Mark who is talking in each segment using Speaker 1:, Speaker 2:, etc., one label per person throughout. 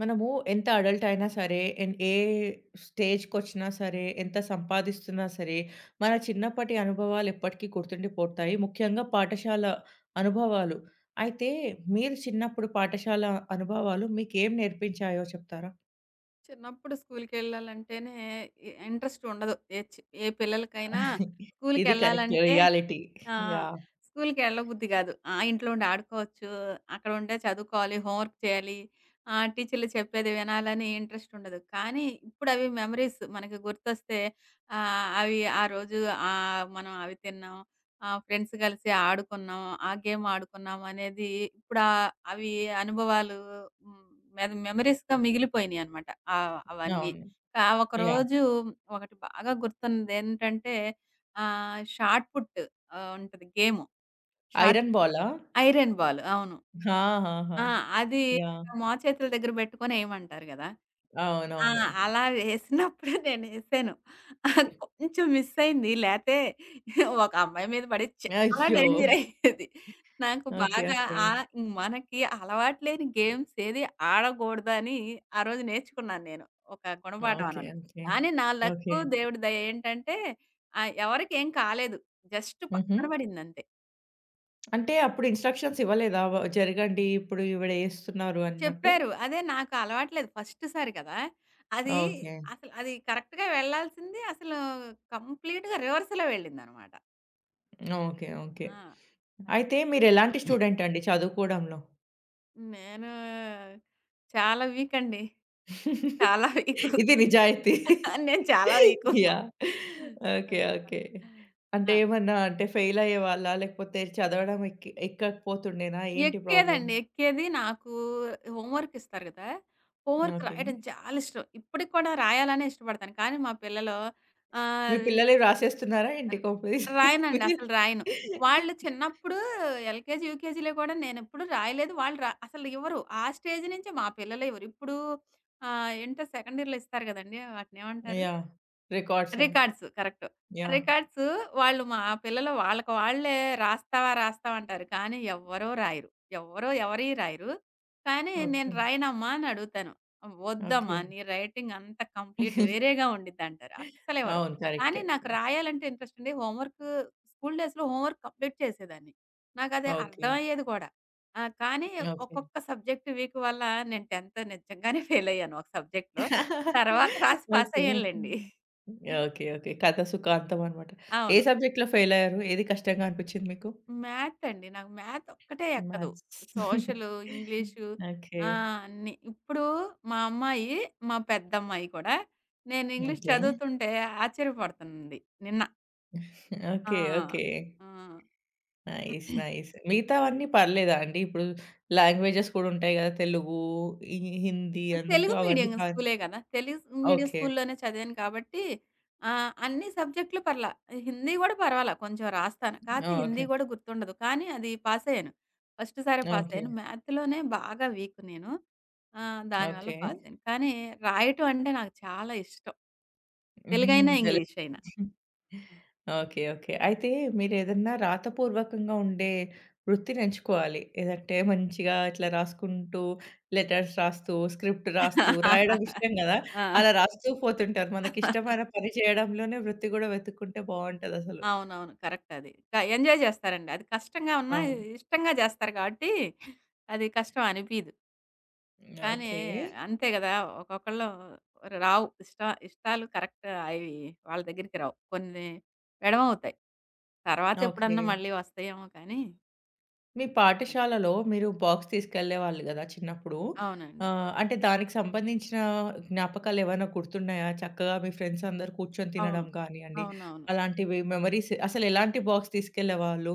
Speaker 1: మనము ఎంత అడల్ట్ అయినా సరే, ఎన్ ఏ స్టేజ్‌కొచ్చినా సరే, ఎంత సంపాదిస్తున్నా సరే, మన చిన్నప్పటి అనుభవాలు ఎప్పటికీ గుర్తుండిపోతాయి. ముఖ్యంగా పాఠశాల అనుభవాలు. అయితే మీరు చిన్నప్పుడు పాఠశాల అనుభవాలు మీకేం నేర్పించాయో చెప్తారా?
Speaker 2: చిన్నప్పుడు స్కూల్‌కెళ్ళాలంటేనే ఇంట్రెస్ట్ ఉండదు. ఏ పిల్లలకైనా
Speaker 1: ఇది కరెక్ట్.
Speaker 2: స్కూల్‌కెళ్ళాలంటే
Speaker 1: రియాలిటీ.
Speaker 2: ఆ!
Speaker 1: యాహ్!
Speaker 2: స్కూల్‌కెళ్ళబుద్ధి కాదు. ఆ! ఇంట్లో ఉండి ఆడుకోవచ్చు. అక్కడ ఉండే చదువుకోవాలి, హోంవర్క్ చేయాలి, టీచర్లు చెప్పేది వినాలని ఇంట్రెస్ట్ ఉండదు. కానీ ఇప్పుడవి మెమరీస్ మనకి గుర్తొస్తే అవి ఆ రోజు మనం అవి తిన్నాం. ఆ! ఫ్రెండ్స్ కలిసి ఆడుకున్నాం. ఆ గేమ్ ఆడుకున్నాం అనేది ఇప్పుడు అవి అనుభవాలు హ్మ్. మెమోరీస్‌గా మిగిలిపోయినియనమాట. ఆహ్, అవన్నీ.
Speaker 1: అవును.
Speaker 2: ఆ
Speaker 1: యాహ్!
Speaker 2: ఒకరోజు ఒకటి బాగా గుర్తున్నదేంటంటే షాట్ పుట్ ఉంటది గేము. షాట్
Speaker 1: ఐరన్ బాలా?
Speaker 2: Iron ball. అవును.
Speaker 1: ఆ! ఆహా!
Speaker 2: ఆ! అది
Speaker 1: యాహ్!
Speaker 2: మా చేతుల దగ్గర పెట్టుకొని ఏయమంటారు గదా! ఆ!
Speaker 1: అవునవును.
Speaker 2: అలా వేసినప్పుడు నేనేసాను. కొంచెం మిస్ అయింది. లేతే ఒక అమ్మాయి మీద పడి చాలా
Speaker 1: అయ్యో!
Speaker 2: డేంజర్ అయ్యేది. నాకు
Speaker 1: ఓకే.
Speaker 2: బాగా
Speaker 1: ఓకే.
Speaker 2: ఆహ్, మనకి అలవాటు లేని గేమ్స్ ఏది ఆడగూడదని ఆ రోజు నేర్చుకున్నాను నేను. ఒక గుణపాఠం
Speaker 1: ఓకే.
Speaker 2: అనమాట.
Speaker 1: ఓకే.
Speaker 2: కానీ నా లక్కు
Speaker 1: ఓకే.
Speaker 2: దేవుడి దయ ఏంటంటే ఎవరికేం కాలేదు. జస్ట్
Speaker 1: హుహు.
Speaker 2: పక్కన పడిందంతే.
Speaker 1: అంటే అప్పుడు ఇన్‌స్ట్రక్షన్స్ ఇవ్వలేదా? జరగండి ఇప్పుడు ఈవిడ ఏస్తున్నారు అన్నట్టు.
Speaker 2: చెప్పారు. అదే నాకు అలవాట్లేదు. ఫస్ట్ సారి కదా! అది
Speaker 1: ఓకే.
Speaker 2: అసలు అది కరెక్ట్‌గా వెళ్ళాల్సింది అసలు కంప్లీట్‌గా రివర్స్‌లో వెళ్ళిందనమాట.
Speaker 1: ఓకే. ఓకే.
Speaker 2: ఆ! అది.
Speaker 1: అయితే మీరెలాంటి స్టూడెంట్ అండి చదువుకోవడంలో?
Speaker 2: నేను చాలా వీక్ అండి. చాలా వీకు.
Speaker 1: ఇది నిజాయితీ.
Speaker 2: నేను చాలా వీకు.
Speaker 1: యాహ్!
Speaker 2: ఆ!
Speaker 1: ఓకే. ఓకే. అంటే
Speaker 2: ఆ!
Speaker 1: ఏమన్నా అంటే ఫెయిల్ అయ్యేవాళ్ళా? లేకపోతే చదవడం ఎక్కకపోతుండేనా? ఏంటి ప్రాబ్లమ్?
Speaker 2: ఎక్కేదండి. ఎక్కేది. నాకు హోంవర్క్ ఇస్తారు గదా! Homework
Speaker 1: okay.
Speaker 2: రాయడం చాలా ఇష్టం. ఇప్పటికి కూడా రాయాలనే ఇష్టపడతాను. కానీ మా పిల్లలు
Speaker 1: మీ
Speaker 2: ఆహ్,
Speaker 1: పిల్లలే రాసేస్తున్నారా ఏంటి
Speaker 2: హ్మ్.
Speaker 1: కాపీస్?
Speaker 2: రాయనండి.
Speaker 1: మీరు
Speaker 2: అసలు రాయను. వాళ్ళు చిన్నప్పుడు ఎల్‌కేజీ, యూకేజీలో కూడా నేనెప్పుడు రాయలేదు. వాళ్ళు అసలు ఇవ్వరు. ఆ స్టేజ్ నుంచే మా పిల్లలు ఇవ్వరు. ఇప్పుడు ఏంటో సెకండ్ ఇయర్‌లో ఇస్తారు గదండీ! వాటినేమంటారు?
Speaker 1: యాహ్! రికార్డ్సా?
Speaker 2: రికార్డ్స్. కరెక్ట్.
Speaker 1: యాహ్!
Speaker 2: రికార్డ్స్ మా పిల్లలు వాళ్ళకి వాళ్ళే రాస్తావా? రాస్తావా? అంటారు. కానీ ఎవ్వరూ రాయరు. ఎవ్వరూ రాయరు. కానీ నేను
Speaker 1: ఓకే.
Speaker 2: రాయనమ్మా అని అడుగుతాను. వద్దమ్మా
Speaker 1: ఓకే.
Speaker 2: నీ రైటింగ్ అంతా కంప్లీట్ వేరేగా ఉండిద్దంటారు. అస్సలివ్వరు.
Speaker 1: అవును.
Speaker 2: కానీ
Speaker 1: కరెక్టే.
Speaker 2: నాకు రాయాలంటే ఇంట్రెస్ట్ అండి. హోంవర్క్ స్కూల్ డేస్‌లో హోంవర్క్ కంప్లీట్ చేసేదాన్ని. నాకది
Speaker 1: ఓకే.
Speaker 2: అర్థమయ్యేది కూడా. ఆ! కానీ
Speaker 1: ఓకే.
Speaker 2: ఒక్కొక్క సబ్జెక్ట్ వీక్ వల్ల నేను 10థ్ నిజంగానే ఫెయిల్ అయ్యాను ఒక సబ్జెక్ట్‌లో. తర్వాత రాసి
Speaker 1: ఓకే.
Speaker 2: పాసయ్యానులెండి.
Speaker 1: ఓకే. ఓకే. కథ సుఖాంతం అన్నమాట. ఏ
Speaker 2: అవును.
Speaker 1: సబ్జెక్ట్‌లో ఫెయిల్ అయ్యారు? ఏది కష్టంగా అనిపించింది మీకు?
Speaker 2: మ్యాథ్ అండి. నాకు మ్యాథ్ ఒక్కటే ఎక్కదు.
Speaker 1: మ్యాథ్స్.
Speaker 2: Social, English
Speaker 1: okay.
Speaker 2: అన్నీ. ఇప్పుడు మా అమ్మాయి, మా పెద్దమ్మాయి కూడా నేను ఇంగ్లీష్
Speaker 1: ఓకే.
Speaker 2: చదువుతుంటే ఆశ్చర్యపడుతుంది నిన్న. ఆ!
Speaker 1: ఓకే. ఓకే.
Speaker 2: ఆ!
Speaker 1: నైస్. నైస్. మిగతావన్నీ పర్లేదా అండి? ఇప్పుడు లాంగ్వేజెస్ కూడా ఉంటాయి కదా! తెలుగు, ఈ హిందీ అన్నట్టు
Speaker 2: తెలుగు మీడియం
Speaker 1: అవన్నీ పర్.
Speaker 2: స్కూలే గదా! Telugu medium
Speaker 1: okay.
Speaker 2: స్కూల్లోనే చదివాను కాబట్టి అన్ని సబ్జెక్టులు పర్లా. హిందీ గూడా పర్వాలా కొంచెం రాస్తాను. కాతే హిందీ
Speaker 1: ఓకే.
Speaker 2: గూడా గుర్తుండదు. కానీ అది పాసయ్యాను. ఫస్ట్ సారే
Speaker 1: ఓకే.
Speaker 2: పాసయ్యాను. మ్యాథ్‌లోనే బాగా వీక్ నేను. దానివల్ల
Speaker 1: ఓకే.
Speaker 2: పాసయ్యాను. కానీ రాయటం అంటే నాకు చాలా ఇష్టం.
Speaker 1: హ్మ్.
Speaker 2: తెలుగైనా, ఇంగ్లీషయినా.
Speaker 1: హ్మ్. ఓకే. ఓకే. అయితే మీరేదన్నా రాతపూర్వకంగా ఉండే వృత్తిని ఎంచుకోవాలి. ఏదంటే మంచిగా ఇట్లా రాసుకుంటూ, లెటర్స్ రాస్తూ, స్క్రిప్ట్ రాస్తూ, రాయడం ఇష్టం గదా!
Speaker 2: ఆ!
Speaker 1: అలా రాస్తూ పోతుంటారు. మనకిష్టమైన పని చేయడంలోనే వృత్తి గూడా వెతుక్కుంటే బావుంటదసలు.
Speaker 2: అవునవును. కరెక్ట్ అది. ఎంజాయ్ జేస్తారండి. అది కష్టంగా ఉన్నా
Speaker 1: అవును.
Speaker 2: ఇష్టంగా జేస్తారు గాబట్టి అది కష్టం అనిపీదు. కానీ
Speaker 1: ఓకే.
Speaker 2: అంతే గదా! ఒక్కొక్కళ్ళు రావు. ఇష్టాలు కరెక్ట్ అవి వాళ్ళ దగ్గరికి రావు. కొన్ని ఎడమవుతాయి. తర్వాత
Speaker 1: ఓకే.
Speaker 2: ఎప్పుడన్నా మళ్ళీ వస్తాయేమో కానీ
Speaker 1: మీ
Speaker 2: అది.
Speaker 1: పాఠశాలలో మీరు బాక్స్ తీసుకెళ్ళేవాళ్ళు గదా! చిన్నప్పుడు.
Speaker 2: అవునండి.
Speaker 1: ఆహ్, అంటే దానికి సంబంధించిన జ్ఞాపకాలు ఏవైనా గుర్తున్నాయా? చక్కగా మీ ఫ్రెండ్స్ అందరూ కూర్చొని
Speaker 2: అవును.
Speaker 1: తినడం కానియండి,
Speaker 2: అవునవును.
Speaker 1: అలాంటివి మెమోరీస్ అసలు ఎలాంటి బాక్స్ తీసుకెళ్ళేవాళ్ళు?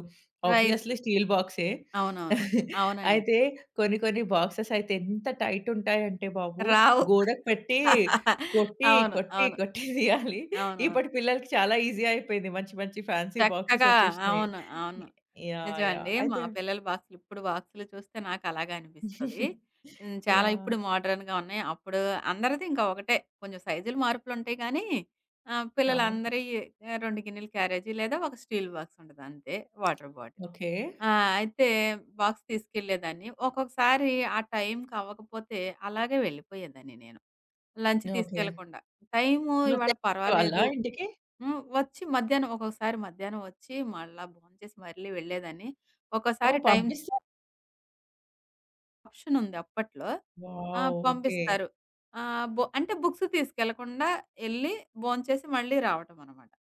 Speaker 2: రైస్
Speaker 1: ఆబ్వియస్‌లీ స్టీల్ బాక్సే.
Speaker 2: అవునవును. అవునండి.
Speaker 1: అయితే కొన్ని కొన్ని బాక్సెస్ అయితే ఎంత టైట్ ఉంటాయంటే బాబు
Speaker 2: రావు.
Speaker 1: గోడకు పెట్టి కొట్టి,
Speaker 2: అవును.
Speaker 1: కొట్టి,
Speaker 2: అవును.
Speaker 1: కొట్టి తీయాలి.
Speaker 2: అవునవును.
Speaker 1: ఇప్పటి పిల్లలకి చాలా ఈజీ అయిపోయింది. మంచి మంచి ఫ్యాన్సీ బాక్సెస్
Speaker 2: చక్కగా
Speaker 1: వచ్చేసినాయి.
Speaker 2: అవును. అవును.
Speaker 1: యాహ్! యాహ్!
Speaker 2: నిజమండి. మా
Speaker 1: అయితే
Speaker 2: పిల్లల బాక్సులు, ఇప్పుడు బాక్సులు చూస్తే నాకు అలాగే అనిపిస్తది. హ్మ్. చాలా
Speaker 1: యాహ్!
Speaker 2: ఇప్పుడు మోడర్న్‌గా ఉన్నాయి. అప్పుడు అందరిది ఇంకా ఒకటే. కొంచెం సైజులు మార్పులుంటాయి కానీ
Speaker 1: అవును.
Speaker 2: పిల్లలందరియి 2 గిన్నెల క్యారేజీ లేదా ఒక స్టీల్ బాక్స్ ఉంటది అంతే. Water bottle.
Speaker 1: ఓకే.
Speaker 2: ఆ! అయితే బాక్స్ తీసుకెళ్ళేదాన్ని. ఒక్కొక్కసారి ఆ టైంకి అవ్వకపోతే అలాగే వెళ్ళిపోయేదాన్ని నేను. Lunch
Speaker 1: okay.
Speaker 2: తీసుకెళ్ళకుండా. టైము
Speaker 1: మరి
Speaker 2: ఇవాళ
Speaker 1: తెచ్చిచ్చేవాళ్ళా
Speaker 2: పర్వాలేదు
Speaker 1: ఇంటికి?
Speaker 2: హ్మ్. వచ్చి మధ్యాహ్నం ఒక్కొక్కసారి మధ్యాహ్నం వచ్చి మళ్ళా భోంచేసి మళ్ళీ వెళ్ళేదాన్ని. ఒక్కోసారి
Speaker 1: ఓహ్!
Speaker 2: టైం
Speaker 1: పంపిస్తారు.
Speaker 2: ఆప్షన్ ఉంది అప్పట్లో. ఆ!
Speaker 1: వావ్! ఓకే.
Speaker 2: పంపిస్తారు. ఆహ్, బొ అంటే బుక్స్ తీసుకెళ్ళకుండా ఎళ్లి భోంచేసి మళ్ళీ రావటం అనమాట.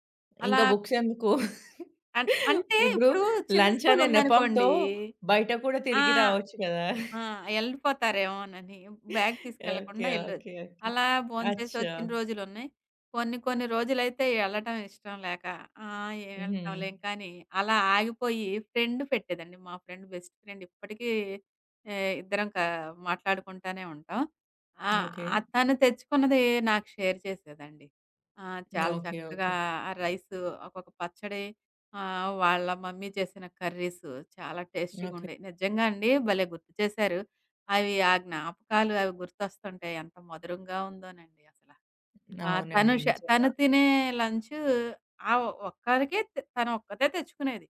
Speaker 2: అలా
Speaker 1: ఇంకా బుక్స్ ఎందుకు?
Speaker 2: అంటే
Speaker 1: ఇప్పుడు
Speaker 2: ఇప్పుడు చిన్న
Speaker 1: లంచ్
Speaker 2: స్కూల్
Speaker 1: అనే నెపంతో
Speaker 2: ఉందనుకోండి
Speaker 1: బయట కూడా
Speaker 2: ఆ!
Speaker 1: తిరిగి రావచ్చు కదా!
Speaker 2: ఆ! ఎళ్ళిపోతారేమోనని బ్యాగ్
Speaker 1: ఓకే.
Speaker 2: తీసుకెళ్ళకుండా ఎళ్ళొచ్చు.
Speaker 1: ఓకే. ఓకే.
Speaker 2: అలా భోంచేసి
Speaker 1: అచ్చా!
Speaker 2: వచ్చిన రోజులున్నాయి. కొన్ని కొన్ని రోజులైతే ఎళ్ళటం ఇష్టం లేక ఏం
Speaker 1: హుహు.
Speaker 2: ఎళ్తాంలేం కానీ అలా ఆగిపోయి ఫ్రెండ్ పెట్టేదండి. మా ఫ్రెండ్ బెస్ట్ ఫ్రెండ్ ఇప్పటికీ ఇద్దరం మాట్లాడుకుంటానే ఉంటాం. ఆ!
Speaker 1: ఓకే.
Speaker 2: తను తెచ్చుకున్నది నాకు షేర్ చేసేదండి. ఆ! చాలా
Speaker 1: ఓకే.
Speaker 2: చక్కగా
Speaker 1: ఓకే.
Speaker 2: ఆ రైసు ఒకొక్క పచ్చడి ఆ! వాళ్ళ మమ్మీ చేసిన కర్రీస్ చాలా
Speaker 1: ఓకే.
Speaker 2: టేస్టీగుండేయి. నిజంగా అండి భలే గుర్తు చేశారు. అవి ఆ జ్ఞాపకాలు అవి గుర్తొస్తుంటాయి. ఎంత మధురంగా ఉందోనండి అసల. ఆ!
Speaker 1: అవునండి. నిజంగా.
Speaker 2: తను తినే లంచు ఆ ఒక్కరికే తను ఒక్కతే తెచ్చుకునేది.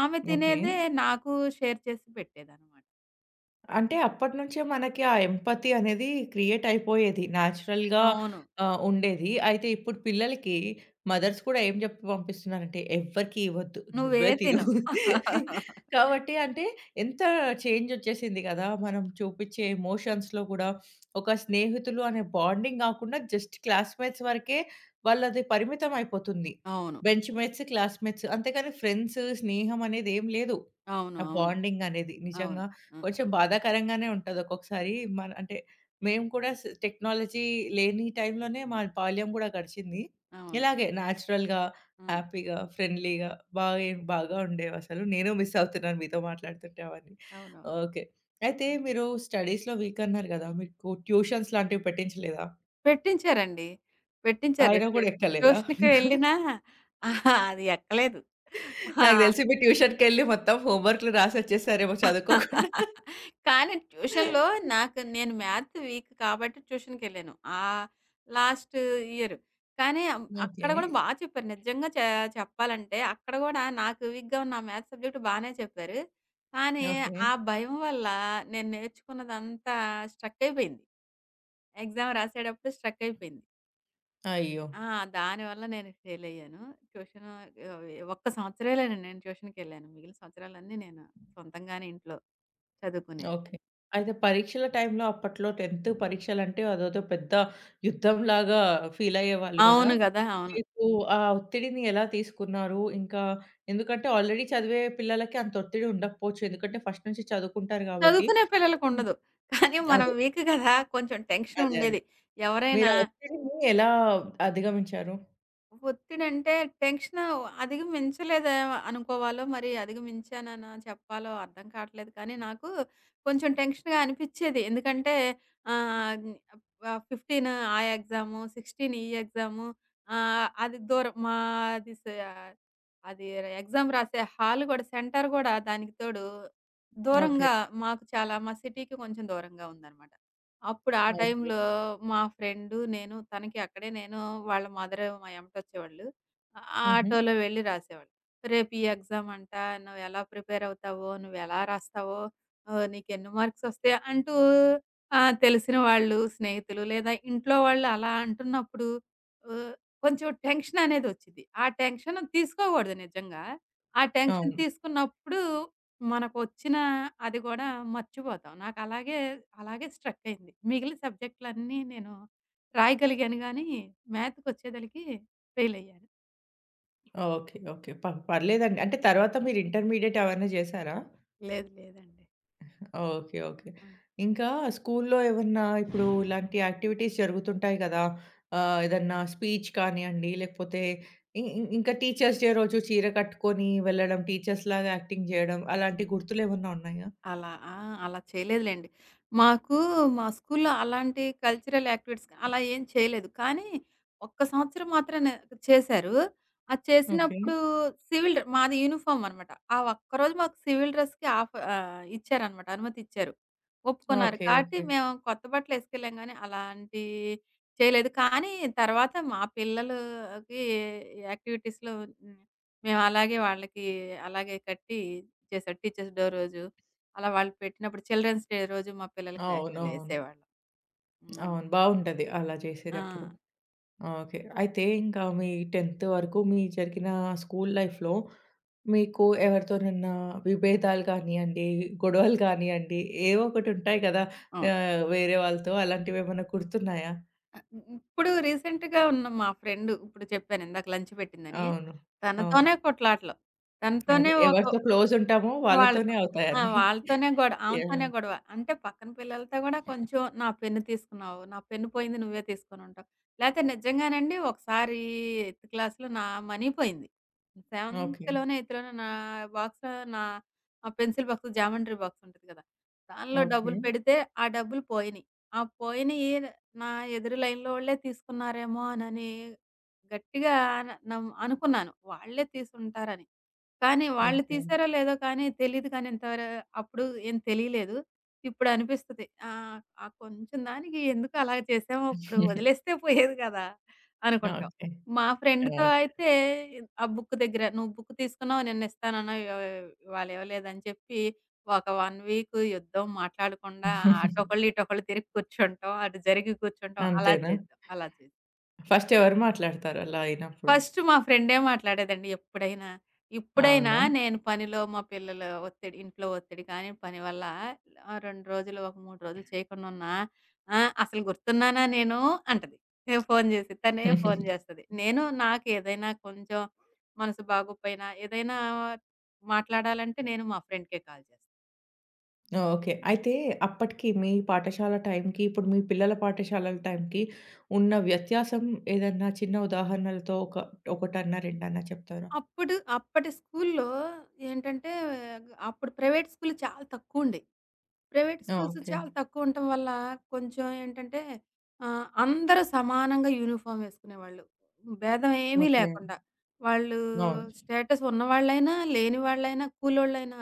Speaker 2: ఆమె
Speaker 1: ఓకే.
Speaker 2: తినేదే నాకు షేర్ చేసి పెట్టేదనమాట.
Speaker 1: అంటే అప్పటినుంచే మనకి ఆ ఎంపతి అనేది క్రియేట్ అయిపోయేది. నేచురల్‌గా
Speaker 2: అవును.
Speaker 1: ఆహ్, ఉండేది. అయితే ఇప్పుడు పిల్లలకి మదర్స్ కూడా ఏం చెప్పి పంపిస్తున్నారంటే, "ఎవ్వరికీ ఇవ్వద్దు.
Speaker 2: నువ్వే
Speaker 1: నువ్వే తిను."
Speaker 2: తిను.
Speaker 1: కాబట్టి అంటే ఎంత చేంజ్ వచ్చేసింది కదా! మనం చూపించే ఎమోషన్స్‌లో కూడా ఒక స్నేహితులు అనే బాండింగ్ కాకుండా జస్ట్ క్లాస్‌మేట్స్ వరకే వాళ్ళది పరిమితం అయిపోతుంది.
Speaker 2: అవును.
Speaker 1: బెంచ్ మేట్స్, క్లాస్‌మేట్స్ అంతేకాని ఫ్రెండ్స్, స్నేహం అనేది ఏం లేదు.
Speaker 2: అవును.
Speaker 1: ఆ
Speaker 2: అవును.
Speaker 1: బాండింగ్ అనేది
Speaker 2: అవును.
Speaker 1: నిజంగా
Speaker 2: ఆ!
Speaker 1: కొంచెం బాధాకరంగానే ఉంటది ఒక్కొక్కసారి. మన అంటే మేము కూడా టెక్నాలజీ లేని టైంలోనే మా బాల్యం గూడా గడిచింది.
Speaker 2: అవును. ఆ! అవును.
Speaker 1: ఇలాగే న్యాచురల్‌గా,
Speaker 2: ఆ!
Speaker 1: హ్యాపీగా, ఫ్రెండ్లీగా బాగా ఏం బాగా ఉండేవసలు. నేను మిస్ అవుతున్నాను మీతో మాట్లాడుతుంటే అవన్నీ.
Speaker 2: అవునవును.
Speaker 1: ఓకే. అయితే మీరు స్టడీస్‌లో వీక్ అన్నారు గదా! మీకు ట్యూషన్స్ లాంటివి పెట్టించలేదా?
Speaker 2: పెట్టించారండి. పెట్టించారు.
Speaker 1: ఆయన గూడా ఎక్కలేదా
Speaker 2: ట్యూషన్‌కి
Speaker 1: మీకు?
Speaker 2: వెళ్ళినా అహా! అది ఎక్కలేదు. ఆ!
Speaker 1: నాకు తెలిసి మీరు ట్యూషన్‌కెళ్ళి మొత్తం హోమ్ వర్క్‌లు రాసొచ్చేసారేమో చదువుకోకుండా.
Speaker 2: కానీ ట్యూషన్‌లో నేను మ్యాథ్ వీక్ కాబట్టి ట్యూషన్‌కెళ్ళాను. ఆహ్, లాస్ట్ ఇయర్. కానీ అక్కడ
Speaker 1: ఓకే.
Speaker 2: కూడా చెప్పారు. నిజంగా చెప్పాలంటే అక్కడ కూడా నాకు వీక్‌గా ఉన్న ఆ మ్యాథ్స్ సబ్జెక్ట్ బానే చెప్పారు. కానీ
Speaker 1: ఓకే.
Speaker 2: ఆ భయం వల్ల నేను నేర్చుకున్నదంతా స్ట్రక్ అయిపోయింది. ఎగ్జామ్ రాసేటప్పుడు స్ట్రక్ అయిపోయింది.
Speaker 1: అయ్యో!
Speaker 2: ఆ! దానివల్ల నేను ఫెయిలయ్యాను. ట్యూషను ఆహ్, ఒక్క సంవత్సరేలేనండి నేను ట్యూషన్‌కెళ్ళాను. మిగిలిన సంవత్సరాలన్నీ నేను సొంతంగానే ఇంట్లో
Speaker 1: ఓకే.
Speaker 2: చదువుకునేదాన్ని.
Speaker 1: అయితే పరీక్షల టైంలో అప్పట్లో 10థ్ పరీక్షలంటే అదేదో పెద్ద యుద్ధంలాగా ఫీలయ్యేవాళ్ళు గదా!
Speaker 2: అవును గదా! అవును.
Speaker 1: మీకు ఆ ఒత్తిడిని ఎలా తీసుకున్నారు? ఇంకా ఎందుకంటే ఆల్రెడీ చదివే పిల్లలకి అంత ఒత్తిడి ఉండకపోవచ్చు. ఎందుకంటే ఫస్ట్ నుంచి చదువుకుంటారు గాబట్టి.
Speaker 2: చదువుకునే
Speaker 1: హ్మ్.
Speaker 2: పిల్లలకుండదు. కానీ మనం
Speaker 1: అదే.
Speaker 2: వీక్ గదా! కొంచెం
Speaker 1: అదే. అదే.
Speaker 2: టెన్షనుండేది.
Speaker 1: మీరు
Speaker 2: ఎవరైనా
Speaker 1: ఆ ఒత్తిడిని ఎలా అధిగమించారు?
Speaker 2: ఒత్తిడంటే టెన్షన్ అధిగమించలేదు అనుకోవాలో, మరి అధిగమించాననా చెప్పాలో అర్థం కావట్లేదు కానీ, నాకు కొంచెం టెన్షన్‌గా అనిపిచ్చేది. ఎందుకంటే ఆహ్, ఆహ్, 15 ఆ ఎగ్జాము, 16 ఈ ఎగ్జాము అది దూరం మాది స అది ఎగ్జామ్ రాసే హాల్ గూడా, సెంటర్ గూడా దానికి తోడు
Speaker 1: ఓకే.
Speaker 2: దూరంగా మాకు చాలా మా సిటీకి కొంచెం దూరంగా ఉందనమాట. అప్పుడు ఆ
Speaker 1: ఓకే.
Speaker 2: టైంలో మా ఫ్రెండు, నేను తనకి అక్కడే నేను వాళ్ళ మదర్ మా ఎమ్మటొచ్చేవాళ్ళు. ఆ
Speaker 1: హుహు.
Speaker 2: ఆటోలో వెళ్లి రాసేవాళ్ళం. "రేపు ఈ ఎగ్జామ్ అంట. నువ్వు ఎలా ప్రిపేర్ అవుతావో, నువ్వెలా రాస్తావో, నీకెన్ని మార్క్స్ వస్తాయి" అంటూ తెలిసిన వాళ్ళు, స్నేహితులు లేదా ఇంట్లో వాళ్ళు అలా అంటున్నప్పుడు ఆహ్, కొంచెం టెన్షన్ అనేదొచ్చిద్ది. ఆ టెన్షన్ తీసుకోకూడదు నిజంగా. ఆ టెన్షన్
Speaker 1: అవును.
Speaker 2: తీసుకున్నప్పుడు మనకొచ్చిన అది గూడా మర్చిపోతాం. నాకలాగే, అలాగే అలాగే స్ట్రక్ అయింది. మిగిలిన సబ్జెక్టులన్నీ నేను రాయగలిగాను గానీ, మ్యాథ్‌కొచ్చేదలికి ఫెయిల్ అయ్యాను.
Speaker 1: ఓకే. ఓకే. ప పర్లేదండి. అంటే తర్వాత మీరు ఇంటర్మీడియేట్ అవన్నీ జేశారా?
Speaker 2: లేదు లేదండి.
Speaker 1: ఓకే. ఓకే.
Speaker 2: హ్మ్.
Speaker 1: ఇంకా స్కూలులో ఏమన్నా ఇప్పుడు ఇలాంటి యాక్టివిటీస్ జరుగుతుంటాయి గదా! ఆహ్, ఏదన్నా స్పీచ్ కానియండి, లేకపోతే ఇ ఇ ఇంకా టీచర్స్ డే రోజు చీర కట్టుకొని వెళ్ళడం, టీచర్స్‌లాగా యాక్టింగ్ జేయడం, అలాంటి గుర్తులేమన్నా ఉన్నాయా?
Speaker 2: అలా ఆ! అలా చేయలేదులెండి. మాకు మా స్కూల్లో అలాంటి కల్చరల్ యాక్టివిటీస్ అలా ఏం చేయలేదు. కానీ ఒక్క సంవత్సరం మాత్రాన చేశారు. అది
Speaker 1: ఓకే.
Speaker 2: చేసినప్పుడు సివిల్ మాది యూనిఫార్మ్ అనమాట. ఆ ఒక్కరోజు మాకు సివిల్ డ్రెస్‌కి ఆఫ్ ఇచ్చారనమాట. అనుమతి ఇచ్చారు. ఒప్పుకున్నారు.
Speaker 1: ఓకే.
Speaker 2: కాబట్టి
Speaker 1: ఓకే.
Speaker 2: మేము కొత్త బట్టలు ఏసుకెళ్ళాం గానీ అలాంటి చేయలేదు. కానీ తర్వాత మా పిల్లలకి యాక్టివిటీస్‌లో హ్మ్. మేము అలాగే వాళ్ళకి అలాగే కట్టి చేసాం. టీచర్స్ డే రోజు అలా వాళ్ళు పెట్టినప్పుడు చిల్డ్రన్స్ డే రోజు మా పిల్లలకి
Speaker 1: అవునవును.
Speaker 2: వేషాలేసేవాళ్ళం. హ్మ్.
Speaker 1: అవును. బావుంటది అలా
Speaker 2: ఆ!
Speaker 1: చేసేదప్పుడు. ఓకే. అయితే ఇంకా మీ 10థ్ వరకు మీ జరిగిన స్కూల్ లైఫ్‌లో మీకు ఎవరితోనన్నా విభేదాలు గానియండి, గొడవలు గానియండి, ఏవో ఒకటి ఉంటాయి కదా!
Speaker 2: అవును.
Speaker 1: ఆహ్, వేరే వాళ్ళతో అలాంటివేమన్నా గుర్తున్నాయా?
Speaker 2: అ ఇప్పుడు రీసెంట్‌గా ఉన్న మా ఫ్రెండ్ ఇప్పుడు చెప్పాను ఇందాక లంచ్ పెట్టిందని.
Speaker 1: అవును. అవును.
Speaker 2: తనతోనే కొట్లాటలు. తనతోనే
Speaker 1: అదే
Speaker 2: ఒక
Speaker 1: ఎవరితో క్లోజ్ ఉంటామో
Speaker 2: వాళ్ళతో.
Speaker 1: వాళ్ళతోనే
Speaker 2: ఆ!
Speaker 1: అవుతాయన్నీ.
Speaker 2: వాళ్ళతోనే గొడ ఆమెతోనే
Speaker 1: యాహ్!
Speaker 2: గొడవ. అంటే పక్కన పిల్లలతో గూడా కొంచెం "నా పెన్ను తీసుకున్నావు. నా పెన్ను పోయింది నువ్వే తీసుకొనుంటావు." లేతే నిజంగానండి ఒకసారి 8థ్ క్లాస్‌లో నా మనీ పోయింది.
Speaker 1: ఓకే.
Speaker 2: సెవెంత్‌లోనో, ఎయిత్‌లోనో నా బాక్స్‌లో నా ఆ పెన్సిల్ బాక్స్, జామెంట్రీ బాక్స్ ఉంటది గదా! దానిలో
Speaker 1: ఓకే.
Speaker 2: డబ్బులు పెడితే ఆ డబ్బులు పోయినియి. ఆ పోయినియి నా ఎదురు లైన్‌లో వాళ్ళే తీసుకున్నారేమో అనని గట్టిగా న నమ్ అనుకున్నాను. వాళ్ళే తీసుంటారని. కానీ వాళ్ళు
Speaker 1: ఓకే.
Speaker 2: తీసారో లేదో కానీ తెలీదు కానీ ఇంతవర అప్పుడు ఏం తెలియలేదు. ఇప్పుడనిపిస్తది. ఆ కొంచెం దానికి ఎందుకు అలా చేసామో అప్పుడు వదిలేస్తే పోయేది కదా! అనుకుంటాం.
Speaker 1: ఓకే.
Speaker 2: మా ఫ్రెండ్‌తో
Speaker 1: ఓకే.
Speaker 2: అయితే ఆ బుక్ దగ్గర "నువ్వు బుక్ తీసుకున్నావు నిన్నిస్తానన్నావు ఇవాళ ఇవ్వలేదని" చెప్పి ఒక 1 వీక్ యుద్ధం మాట్లాడకుండా అటొకళ్ళు ఇటొకళ్ళు తిరిగి కూర్చుంటాం. అటు జరిగి కూర్చుంటాం. అలా
Speaker 1: అంతేనా?
Speaker 2: చేసాం. అలా చేసాం.
Speaker 1: ఫస్ట్ ఎవరు మాట్లాడతారు అలా అయినప్పుడు?
Speaker 2: ఫస్ట్ మా ఫ్రెండే మాట్లాడేదండి ఎప్పుడైనా. ఇప్పుడైనా
Speaker 1: అవునా?
Speaker 2: నేను పనిలో మా పిల్లల ఒత్తిడి, ఇంట్లో ఒత్తిడి కానీ, పని వల్ల 2 రోజులు, ఒక 3 రోజులు చేయకుండా ఉన్నా, "ఆ! అసలు గుర్తున్నానా నేను" అంటది. నేను ఫోను చేసి. తనే ఫోను చేస్తది. నాకు ఏదైనా కొంచెం మనసు బాగోపోయినా, ఏదైనా మాట్లాడాలంటే నేను మా ఫ్రెండ్‌కే కాల్ చేస్తా.
Speaker 1: ఓకే. అయితే అప్పటికి మీ పాఠశాల టైంకి, ఇప్పుడు మీ పిల్లల పాఠశాలల టైంకి ఉన్న వ్యత్యాసం ఏదన్నా చిన్న ఉదాహరణలతో ఒక 1 2 చెప్తారా?
Speaker 2: అప్పుడు అప్పటి స్కూల్లో ఏంటంటే, అప్పుడు ప్రైవేట్ స్కూల్లు చాలా తక్కువుండేయి. ప్రైవేట్
Speaker 1: ఆ!
Speaker 2: Schools
Speaker 1: okay.
Speaker 2: చాలా తక్కువ ఉండటం వల్ల కొంచెం ఏంటంటే అందరూ సమానంగా యూనిఫార్మ్ వేసుకునేవాళ్ళు. భేదం ఏమీ
Speaker 1: ఓకే.
Speaker 2: లేకుండా. వాళ్ళు
Speaker 1: అవును.
Speaker 2: స్టేటస్ ఉన్నవాళ్ళైనా, లేని వాళ్ళైనా, కూలోళ్ళైనా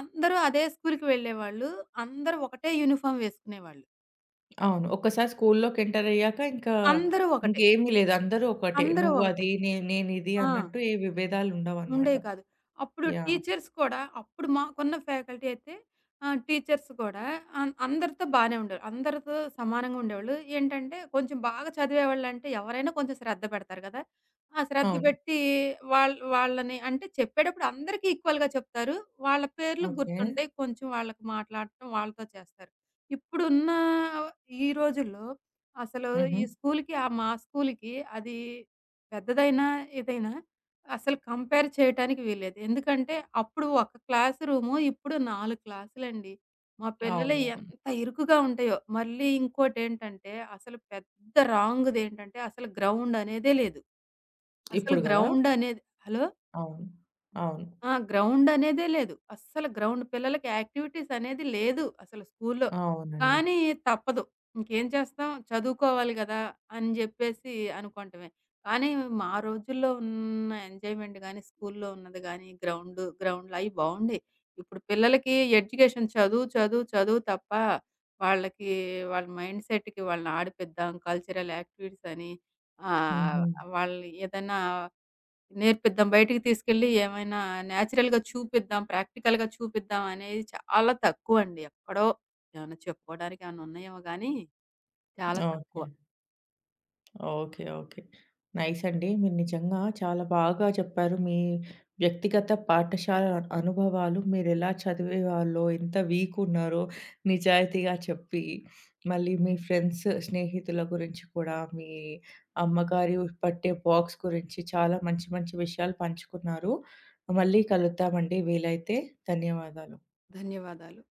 Speaker 2: అందరూ అదే స్కూల్‌కి వెళ్ళేవాళ్ళు. అందరూ ఒకటే యూనిఫార్మ్ వేసుకునేవాళ్ళు.
Speaker 1: అవును. ఒక్కసారి స్కూల్లోకి ఎంటర్ అయ్యాక ఇంకా
Speaker 2: అందరూ ఒకటే.
Speaker 1: ఇంకేమీ లేదు. అందరూ ఒకటే.
Speaker 2: అందరూ ఒకటే.
Speaker 1: నువ్వది, నేనిది
Speaker 2: ఆ!
Speaker 1: అన్నట్టు ఏ విభేదాలు ఉండవన్నమాట.
Speaker 2: ఉండేవి కాదు. అప్పుడు
Speaker 1: యాహ్!
Speaker 2: టీచర్స్ కూడా అప్పుడు మాకున్న ఫ్యాకల్టీ అయితే టీచర్స్ కూడా అందరితో బానే ఉండేవారు. అందరితో సమానంగా ఉండేవాళ్ళు. ఏంటంటే కొంచెం బాగా చదివేవాళ్ళంటే ఎవరైనా కొంచెం శ్రద్ధ పెడతారు కదా! ఆ శ్రద్ధ
Speaker 1: అవును.
Speaker 2: పెట్టి వాళ్ళని అంటే చెప్పేటప్పుడు అందరికీ ఈక్వల్‌గా చెప్తారు. వాళ్ళ పేర్లు
Speaker 1: ఓకే.
Speaker 2: గుర్తుంటాయి. కొంచెం వాళ్ళకి మాట్లాడటం వాళ్ళతో చేస్తారు. ఇప్పుడున్న ఈ రోజుల్లో అసలు
Speaker 1: హుహు.
Speaker 2: ఈ స్కూల్‌కి ఆ మా స్కూల్‌కి అది పెద్దదైనా, ఏదైనా అసలు కంపేర్ చేయటానికి వీల్లేదు. ఎందుకంటే, అప్పుడు ఒక క్లాస్ రూము, ఇప్పుడు 4 క్లాసులండి. మా పిల్లలు
Speaker 1: అవునవును.
Speaker 2: ఎంత ఇరుకుగా ఉంటాయో. మళ్ళీ ఇంకోటేంటంటే, అసలు పెద్ద రాంగ్‌దేంటంటే, అసలు గ్రౌండనేదే లేదు. అసలు
Speaker 1: ఇప్పుడు గదా!
Speaker 2: గ్రౌండనేది హలో?
Speaker 1: అవును. అవును.
Speaker 2: ఆ! గ్రౌండ్ అనేదే లేదు. అస్సలు గ్రౌండ్ పిల్లలకి యాక్టివిటీస్ అనేది లేదు అసలు స్కూల్లో.
Speaker 1: అవునండి.
Speaker 2: కానీ తప్పదు. ఇంకేం చేస్తాం చదువుకోవాలి గదా! అని జెప్పేసి అనుకోవటమే. కానీ మా రోజుల్లో ఉన్న ఎంజాయ్‌మెంట్ గాని, స్కూల్లో ఉన్నది గాని, గ్రౌండ్‌లు అయి బావుండేయి. ఇప్పుడు పిల్లలకి ఎడ్యుకేషన్ చదువు, చదువు, చదువు తప్ప వాళ్ళకి వాళ్ళ మైండ్ సెట్‌కి వాళ్ళని ఆడిపిద్దాం కల్చరల్ యాక్టివిటీస్ అని ఆహ్,
Speaker 1: హుహు.
Speaker 2: వాళ్ళు ఏదైనా నేర్పిద్దాం. బయటికి తీసుకెళ్ళి ఏమైనా నేచురల్‌గా చూపిద్దాం, ప్రాక్టికల్‌గా చూపిద్దాం అనేది చాలా తక్కువండి. ఎక్కడో ఏమన్నా చెప్పుకోవడానికి ఏమన్నా ఉన్నాయేమో గానీ చాలా తక్కువ.
Speaker 1: ఓకే. ఓకే. ఓకే. నైస్ అండి. మీరు నిజంగా చాలా బాగా చెప్పారు. మీ వ్యక్తిగత పాఠశాల అనుభవాలు మీరెలా చదివేవాళ్ళో, ఎంత వీక్ ఉన్నారో నిజాయితీగా చెప్పి, మళ్ళీ మీ ఫ్రెండ్స్, స్నేహితుల గురించి కూడా, మీ అమ్మగారు పట్టే బాక్స్ గురించి చాలా మంచి మంచి విషయాలు పంచుకున్నారు. మళ్ళీ కలుద్దామండి వీలైతే. ధన్యవాదాలు.
Speaker 2: ధన్యవాదాలు.